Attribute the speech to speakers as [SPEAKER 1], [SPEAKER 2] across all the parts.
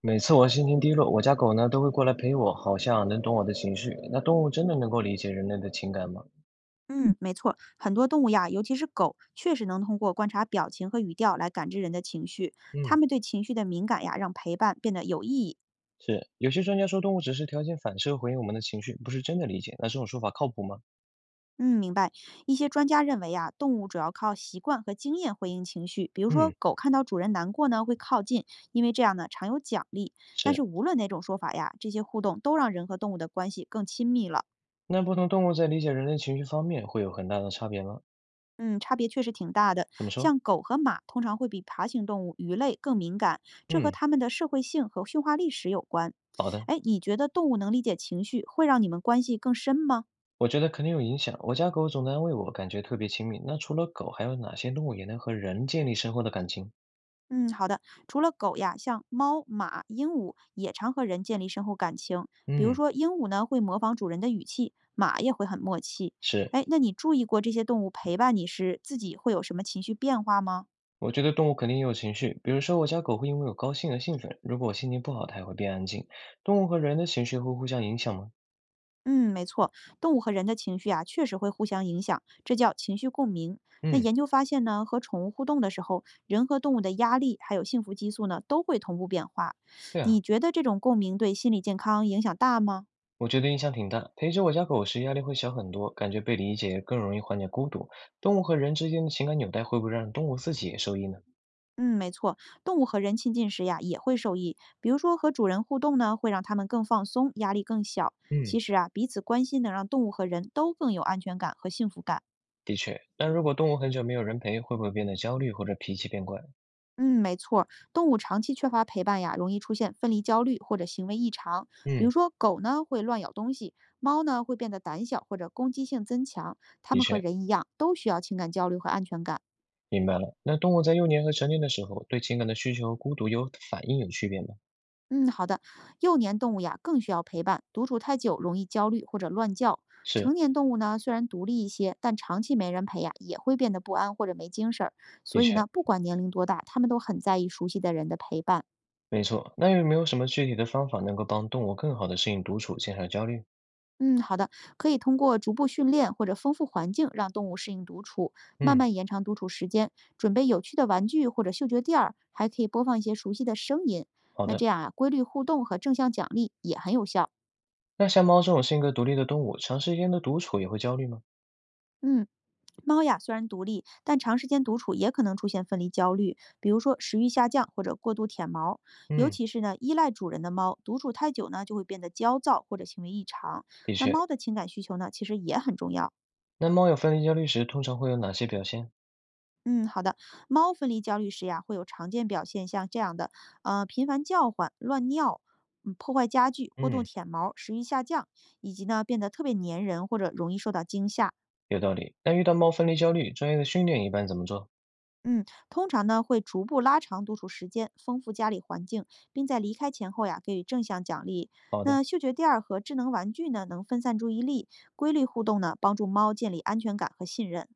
[SPEAKER 1] 每次我心情低落，我家狗呢都会过来陪我，好像能懂我的情绪。那动物真的能够理解人类的情感吗？
[SPEAKER 2] 嗯，没错，很多动物呀，尤其是狗，确实能通过观察表情和语调来感知人的情绪。它
[SPEAKER 1] 嗯，
[SPEAKER 2] 们对情绪的敏感呀，让陪伴变得有意义。
[SPEAKER 1] 是，有些专家说动物只是条件反射回应我们的情绪，不是真的理解。那这种说法靠谱吗？
[SPEAKER 2] 嗯，明白。一些专家认为呀，动物主要靠习惯和经验回应情绪。比如说，
[SPEAKER 1] 嗯，
[SPEAKER 2] 狗看到主人难过呢，会靠近，因为这样呢常有奖励。但是
[SPEAKER 1] 是，
[SPEAKER 2] 无论哪种说法呀，这些互动都让人和动物的关系更亲密了。
[SPEAKER 1] 那不同动物在理解人类情绪方面会有很大的差别吗？
[SPEAKER 2] 嗯，差别确实挺大的。
[SPEAKER 1] 怎么说？
[SPEAKER 2] 像狗和马通常会比爬行动物、鱼类更敏感，这和
[SPEAKER 1] 嗯，
[SPEAKER 2] 它们的社会性和驯化历史有关。
[SPEAKER 1] 好的，
[SPEAKER 2] 哎，你觉得动物能理解情绪，会让你们关系更深吗？
[SPEAKER 1] 我觉得肯定有影响。我家狗总在安慰我，感觉特别亲密。那除了狗，还有哪些动物也能和人建立深厚的感情？
[SPEAKER 2] 嗯，好的。除了狗呀，像猫、马、鹦鹉也常和人建立深厚感情。比如
[SPEAKER 1] 嗯，
[SPEAKER 2] 说，鹦鹉呢会模仿主人的语气，马也会很默契。
[SPEAKER 1] 是，
[SPEAKER 2] 哎，那你注意过这些动物陪伴你时，自己会有什么情绪变化吗？
[SPEAKER 1] 我觉得动物肯定也有情绪，比如说我家狗会因为我高兴而兴奋，如果我心情不好，它也会变安静。动物和人的情绪会互相影响吗？
[SPEAKER 2] 嗯，没错，动物和人的情绪啊，确实会互相影响，这叫情绪共鸣。那
[SPEAKER 1] 嗯，
[SPEAKER 2] 研究发现呢，和宠物互动的时候，人和动物的压力还有幸福激素呢，都会同步变化。
[SPEAKER 1] 对啊，
[SPEAKER 2] 你觉得这种共鸣对心理健康影响大吗？
[SPEAKER 1] 我觉得影响挺大。陪着我家狗时，压力会小很多，感觉被理解，更容易缓解孤独。动物和人之间的情感纽带会不会让动物自己也受益呢？
[SPEAKER 2] 嗯，没错，动物和人亲近时呀，也会受益。比如说和主人互动呢，会让它们更放松，压力更小。
[SPEAKER 1] 嗯，
[SPEAKER 2] 其实啊，彼此关心能让动物和人都更有安全感和幸福感。
[SPEAKER 1] 的确。那如果动物很久没有人陪，会不会变得焦虑或者脾气变怪？
[SPEAKER 2] 嗯，没错儿动物长期缺乏陪伴呀，容易出现分离焦虑或者行为异常。比如
[SPEAKER 1] 嗯，
[SPEAKER 2] 说，狗呢会乱咬东西，猫呢会变得胆小或者攻击性增强。它
[SPEAKER 1] 的
[SPEAKER 2] 们和
[SPEAKER 1] 确，
[SPEAKER 2] 人一样，都需要情感交流和安全感。
[SPEAKER 1] 明白了。那动物在幼年和成年的时候，对情感的需求、孤独有反应有区别吗？
[SPEAKER 2] 嗯，好的。幼年动物呀更需要陪伴，独处太久容易焦虑或者乱叫。成
[SPEAKER 1] 是，
[SPEAKER 2] 年动物呢虽然独立一些，但长期没人陪呀，也会变得不安或者没精神儿。
[SPEAKER 1] 的
[SPEAKER 2] 所以
[SPEAKER 1] 确。
[SPEAKER 2] 呢，不管年龄多大，它们都很在意熟悉的人的陪伴。
[SPEAKER 1] 没错，那有没有什么具体的方法能够帮动物更好的适应独处，减少焦虑？
[SPEAKER 2] 嗯，好的，可以通过逐步训练或者丰富环境，让动物适应独处，慢
[SPEAKER 1] 嗯，
[SPEAKER 2] 慢延长独处时间。准备有趣的玩具或者嗅觉垫儿，还可以播放一些熟悉的声音。
[SPEAKER 1] 好
[SPEAKER 2] 那
[SPEAKER 1] 的。
[SPEAKER 2] 这样啊，规律互动和正向奖励也很有效。
[SPEAKER 1] 那像猫这种性格独立的动物，长时间的独处也会焦虑吗？
[SPEAKER 2] 嗯，猫呀虽然独立，但长时间独处也可能出现分离焦虑，比如说食欲下降或者过度舔毛。尤
[SPEAKER 1] 嗯，
[SPEAKER 2] 其是呢，依赖主人的猫，独处太久呢，就会变得焦躁或者行为异常。
[SPEAKER 1] 的
[SPEAKER 2] 那
[SPEAKER 1] 确。
[SPEAKER 2] 猫的情感需求呢，其实也很重要。
[SPEAKER 1] 那猫有分离焦虑时，通常会有哪些表现？
[SPEAKER 2] 嗯，好的。猫分离焦虑时呀，会有常见表现，像这样的，频繁叫唤、乱尿、嗯破坏家具、过度
[SPEAKER 1] 嗯，
[SPEAKER 2] 舔毛、食欲下降，以及呢变得特别粘人或者容易受到惊吓。
[SPEAKER 1] 有道理。那遇到猫分离焦虑，专业的训练一般怎么做？
[SPEAKER 2] 嗯，通常呢会逐步拉长独处时间，丰富家里环境，并在离开前后呀给予正向奖励。
[SPEAKER 1] 好的，
[SPEAKER 2] 那嗅觉垫儿和智能玩具呢，能分散注意力，规律互动呢，帮助猫建立安全感和信任。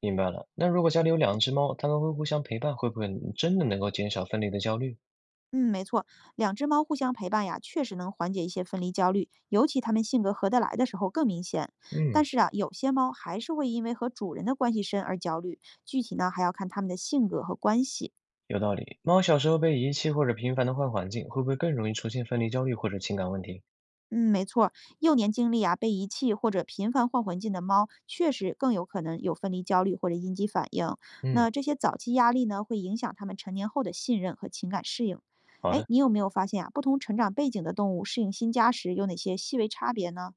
[SPEAKER 1] 明白了。那如果家里有两只猫，它们会互相陪伴，会不会真的能够减少分离的焦虑？
[SPEAKER 2] 嗯，没错，两只猫互相陪伴呀，确实能缓解一些分离焦虑，尤其它们性格合得来的时候更明显。
[SPEAKER 1] 嗯，
[SPEAKER 2] 但是啊，有些猫还是会因为和主人的关系深而焦虑，具体呢还要看它们的性格和关系。
[SPEAKER 1] 有道理。猫小时候被遗弃或者频繁的换环境，会不会更容易出现分离焦虑或者情感问题？
[SPEAKER 2] 嗯，没错，幼年经历啊被遗弃或者频繁换环境的猫，确实更有可能有分离焦虑或者应激反应。
[SPEAKER 1] 嗯，
[SPEAKER 2] 那这些早期压力呢，会影响它们成年后的信任和情感适应。
[SPEAKER 1] 好
[SPEAKER 2] 哎，
[SPEAKER 1] 的。
[SPEAKER 2] 你有没有发现啊，不同成长背景的动物适应新家时有哪些细微差别呢？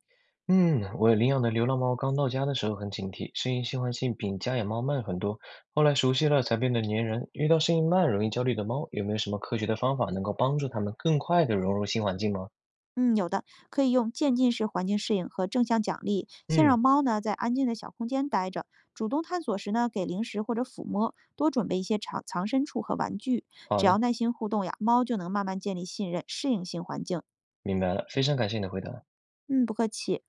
[SPEAKER 1] 嗯，我领养的流浪猫刚到家的时候很警惕，适应新环境比家养猫慢很多。后来熟悉了才变得粘人。遇到适应慢、容易焦虑的猫，有没有什么科学的方法能够帮助它们更快地融入新环境吗？
[SPEAKER 2] 嗯，有的，可以用渐进式环境适应和正向奖励，先让
[SPEAKER 1] 嗯，
[SPEAKER 2] 猫呢在安静的小空间待着，主动探索时呢给零食或者抚摸，多准备一些藏藏身处和玩具，
[SPEAKER 1] 好
[SPEAKER 2] 只要
[SPEAKER 1] 的，
[SPEAKER 2] 耐心互动呀，猫就能慢慢建立信任，适应新环境。
[SPEAKER 1] 明白了，非常感谢你的回答。
[SPEAKER 2] 嗯，不客气。